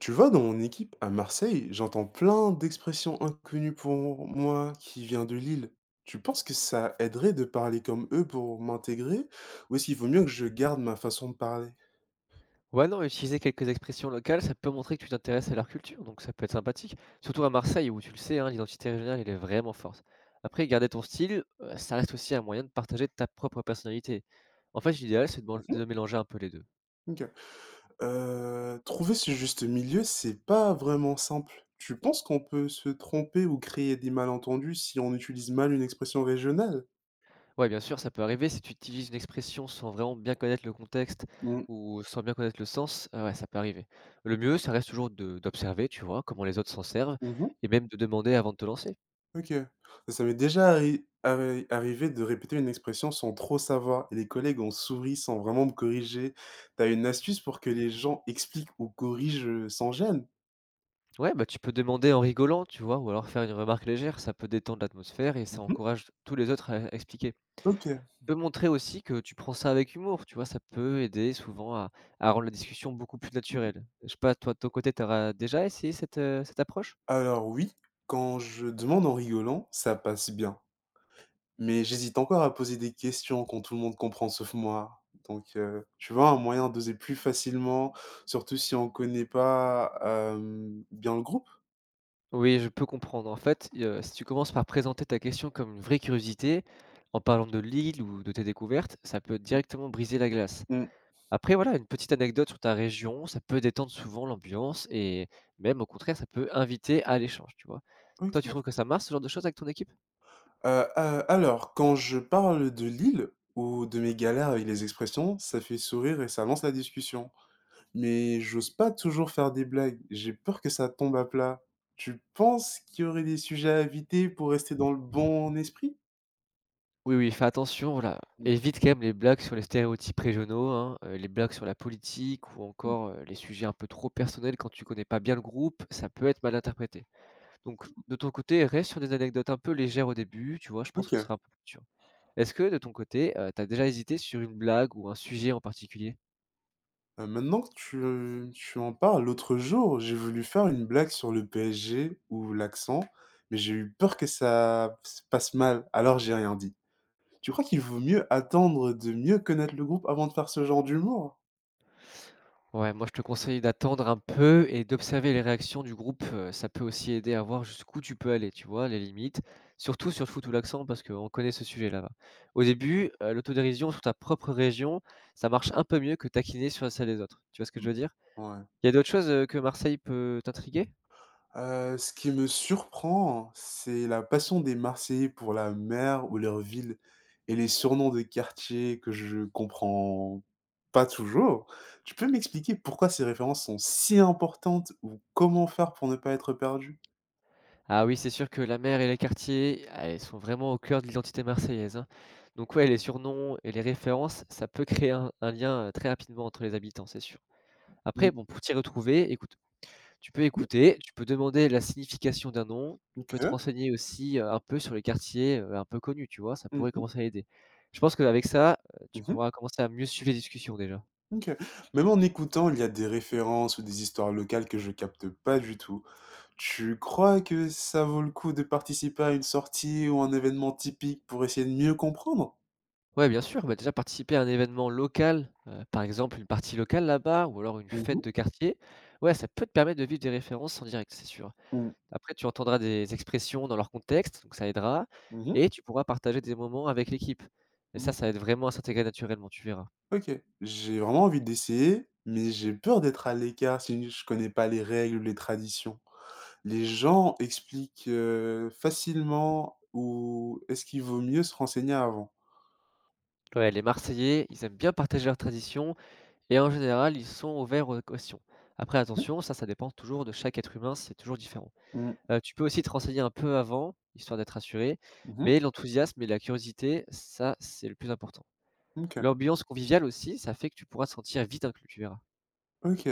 Tu vois, dans mon équipe à Marseille, j'entends plein d'expressions inconnues pour moi qui vient de Lille. Tu penses que ça aiderait de parler comme eux pour m'intégrer ou est-ce qu'il vaut mieux que je garde ma façon de parler? Ouais, non, utiliser quelques expressions locales, ça peut montrer que tu t'intéresses à leur culture, donc ça peut être sympathique. Surtout à Marseille, où tu le sais, hein, l'identité régionale, elle est vraiment forte. Après, garder ton style, ça reste aussi un moyen de partager ta propre personnalité. En fait, l'idéal, c'est de, Mhm. de mélanger un peu les deux. Ok. Trouver ce juste milieu, c'est pas vraiment simple. Tu penses qu'on peut se tromper ou créer des malentendus si on utilise mal une expression régionale? Ouais, bien sûr, ça peut arriver si tu utilises une expression sans vraiment bien connaître le contexte Mm, ou sans bien connaître le sens, ouais, ça peut arriver. Le mieux, ça reste toujours d'observer, tu vois, comment les autres s'en servent, mhm. et même de demander avant de te lancer. OK. Ça m'est déjà arrivé de répéter une expression sans trop savoir et les collègues ont souri sans vraiment me corriger. T'as une astuce pour que les gens expliquent ou corrigent, sans gêne? Ouais, bah, tu peux demander en rigolant, tu vois? Ou alors faire une remarque légère, ça peut détendre l'atmosphère et ça Mmh. encourage tous les autres à expliquer. OK. Mmh. Peut montrer aussi que tu prends ça avec humour, tu vois? Ça peut aider souvent à rendre la discussion beaucoup plus naturelle. Je sais pas, toi, de ton côté, tu déjà essayé cette, cette approche? Alors oui, quand je demande en rigolant, ça passe bien. Mais j'hésite encore à poser des questions quand tout le monde comprend sauf moi. Donc tu vois, un moyen d'oser plus facilement, surtout si on connaît pas, bien le groupe? Oui, je peux comprendre. En fait, i si tu commences par présenter ta question comme une vraie curiosité, en parlant de l'île ou de tes découvertes, ça peut directement briser la glace. Mmh. Après voilà, une petite anecdote sur ta région, ça peut détendre souvent l'ambiance et même au contraire, ça peut inviter à l'échange, tu vois? OK. Toi, tu trouves que ça marche ce genre de choses avec ton équipe? Heu, a Alors quand je parle de l'île ou de mes galères avec les expressions, ça fait sourire et ça lance la discussion. Mais j'ose pas toujours faire des blagues, j'ai peur que ça tombe à plat. Tu penses qu'il y aurait des sujets à éviter pour rester dans le bon esprit? Oui, oui, fais attention, voilà. Mmh. Évite quand même les blagues sur les stéréotypes régionaux, hein, les blagues sur la politique ou Mh. encore, les sujets un peu trop personnels quand tu connais pas bien le groupe, ça peut être mal interprété. Donc de ton côté, reste sur des anecdotes un peu légères au début, tu vois? Je pense que ce sera OK. un peu plus sûr. Est-ce que de ton côté, tu as déjà hésité sur une blague ou un sujet en particulier? Maintenant que tu en parles, l'autre jour, j'ai voulu faire une blague sur le PSG ou l'accent, mais j'ai eu peur que ça se passe mal, alors j'ai rien dit. Tu crois qu'il vaut mieux attendre de mieux connaître le groupe avant de faire ce genre d'humour? Ouais, moi je te conseille d'attendre un peu et d'observer les réactions du groupe, ça peut aussi aider à voir jusqu'où tu peux aller, tu vois? Les limites, surtout sur le foot ou l'accent parce qu'on connaît ce sujet là-bas. Au début, l'autodérision sur ta propre région, ça marche un peu mieux que taquiner sur celle des autres. Tu vois ce que je Mmh. veux dire? Ouais. Il y a d'autres choses, que Marseille peut t'intriguer? Ce qui me surprend, c'est la passion des Marseillais pour la mer ou leur ville et les surnoms de quartiers que je comprends pas toujours. Tu peux m'expliquer pourquoi ces références sont si importantes ou comment faire pour ne pas être perdu? Ah oui, c'est sûr que la mer et les quartiers, ah, elles sont vraiment au cœur de l'identité marseillaise, hein. Donc ouais, les surnoms et les références, ça peut créer un lien très rapidement entre les habitants, c'est sûr. Après, Mmh. bon, pour t'y retrouver, écoute, tu peux écouter, tu peux demander la signification d'un nom, tu peux te OK. renseigner aussi un peu sur les quartiers un peu connus, tu vois, ça Mmh. pourrait Mh. commencer à aider. Je pense qu'avec ça, tu Mmh. pourras commencer à mieux suivre les discussions déjà. OK. Même en écoutant, il y a des références ou des histoires locales que je capte pas du tout. Tu crois que ça vaut le coup de participer à une sortie ou un événement typique pour essayer de mieux comprendre? Ouais, bien sûr, bah, déjà participer à un événement local, par exemple une partie locale là-bas ou alors une Mmh. fête Mh. de quartier, ouais, ça peut te permettre de vivre des références en direct, c'est sûr. Mmh. Après tu entendras des expressions dans leur contexte, donc ça aidera Mmh. et tu pourras partager des moments avec l'équipe et ça, Mmh. ça aide vraiment à s'intégrer naturellement, tu verras. OK, j'ai vraiment envie d'essayer, mais j'ai peur d'être à l'écart si je connais pas les règles ou les traditions. Les gens expliquent, facilement ou est-ce qu'il vaut mieux se renseigner avant? Ouais, les Marseillais, ils aiment bien partager leurs traditions et en général, ils sont ouverts aux questions. Après Mmh. attention, ça dépend toujours de chaque être humain, c'est toujours différent. Mmh. Tu peux aussi te renseigner un peu avant, histoire d'être assuré, Mmh. mais l'enthousiasme et la curiosité, ça, c'est le plus important. OK. L'ambiance conviviale aussi, ça fait que tu pourras te sentir vite inclus, tu verras. OK,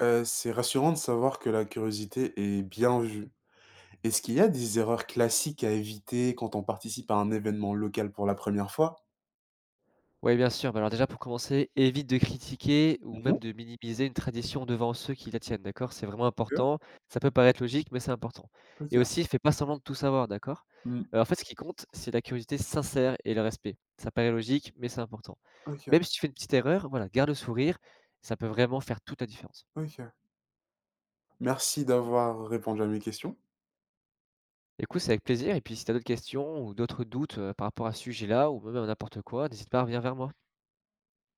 c'est rassurant de savoir que la curiosité est bien vue. Est-ce qu'il y a des erreurs classiques à éviter quand on participe à un événement local pour la première fois? Oui, bien sûr, bah, alors déjà pour commencer, évite de critiquer ou Mmh. même de minimiser une tradition devant ceux qui la tiennent, d'accord? C'est vraiment OK. important. Ça peut paraître logique, mais c'est important. OK. Et aussi, fais pas semblant de tout savoir, d'accord? Mmh. En fait, ce qui compte, c'est la curiosité sincère et le respect. Ça paraît logique, mais c'est important. OK. Même si tu fais une petite erreur, voilà, garde le sourire, ça peut vraiment faire toute la différence. OK. Merci d'avoir répondu à mes questions. Écoute, c'est avec plaisir et puis si tu as d'autres questions ou d'autres doutes, par rapport à ce sujet-là ou même à n'importe quoi, n'hésite pas à revenir vers moi.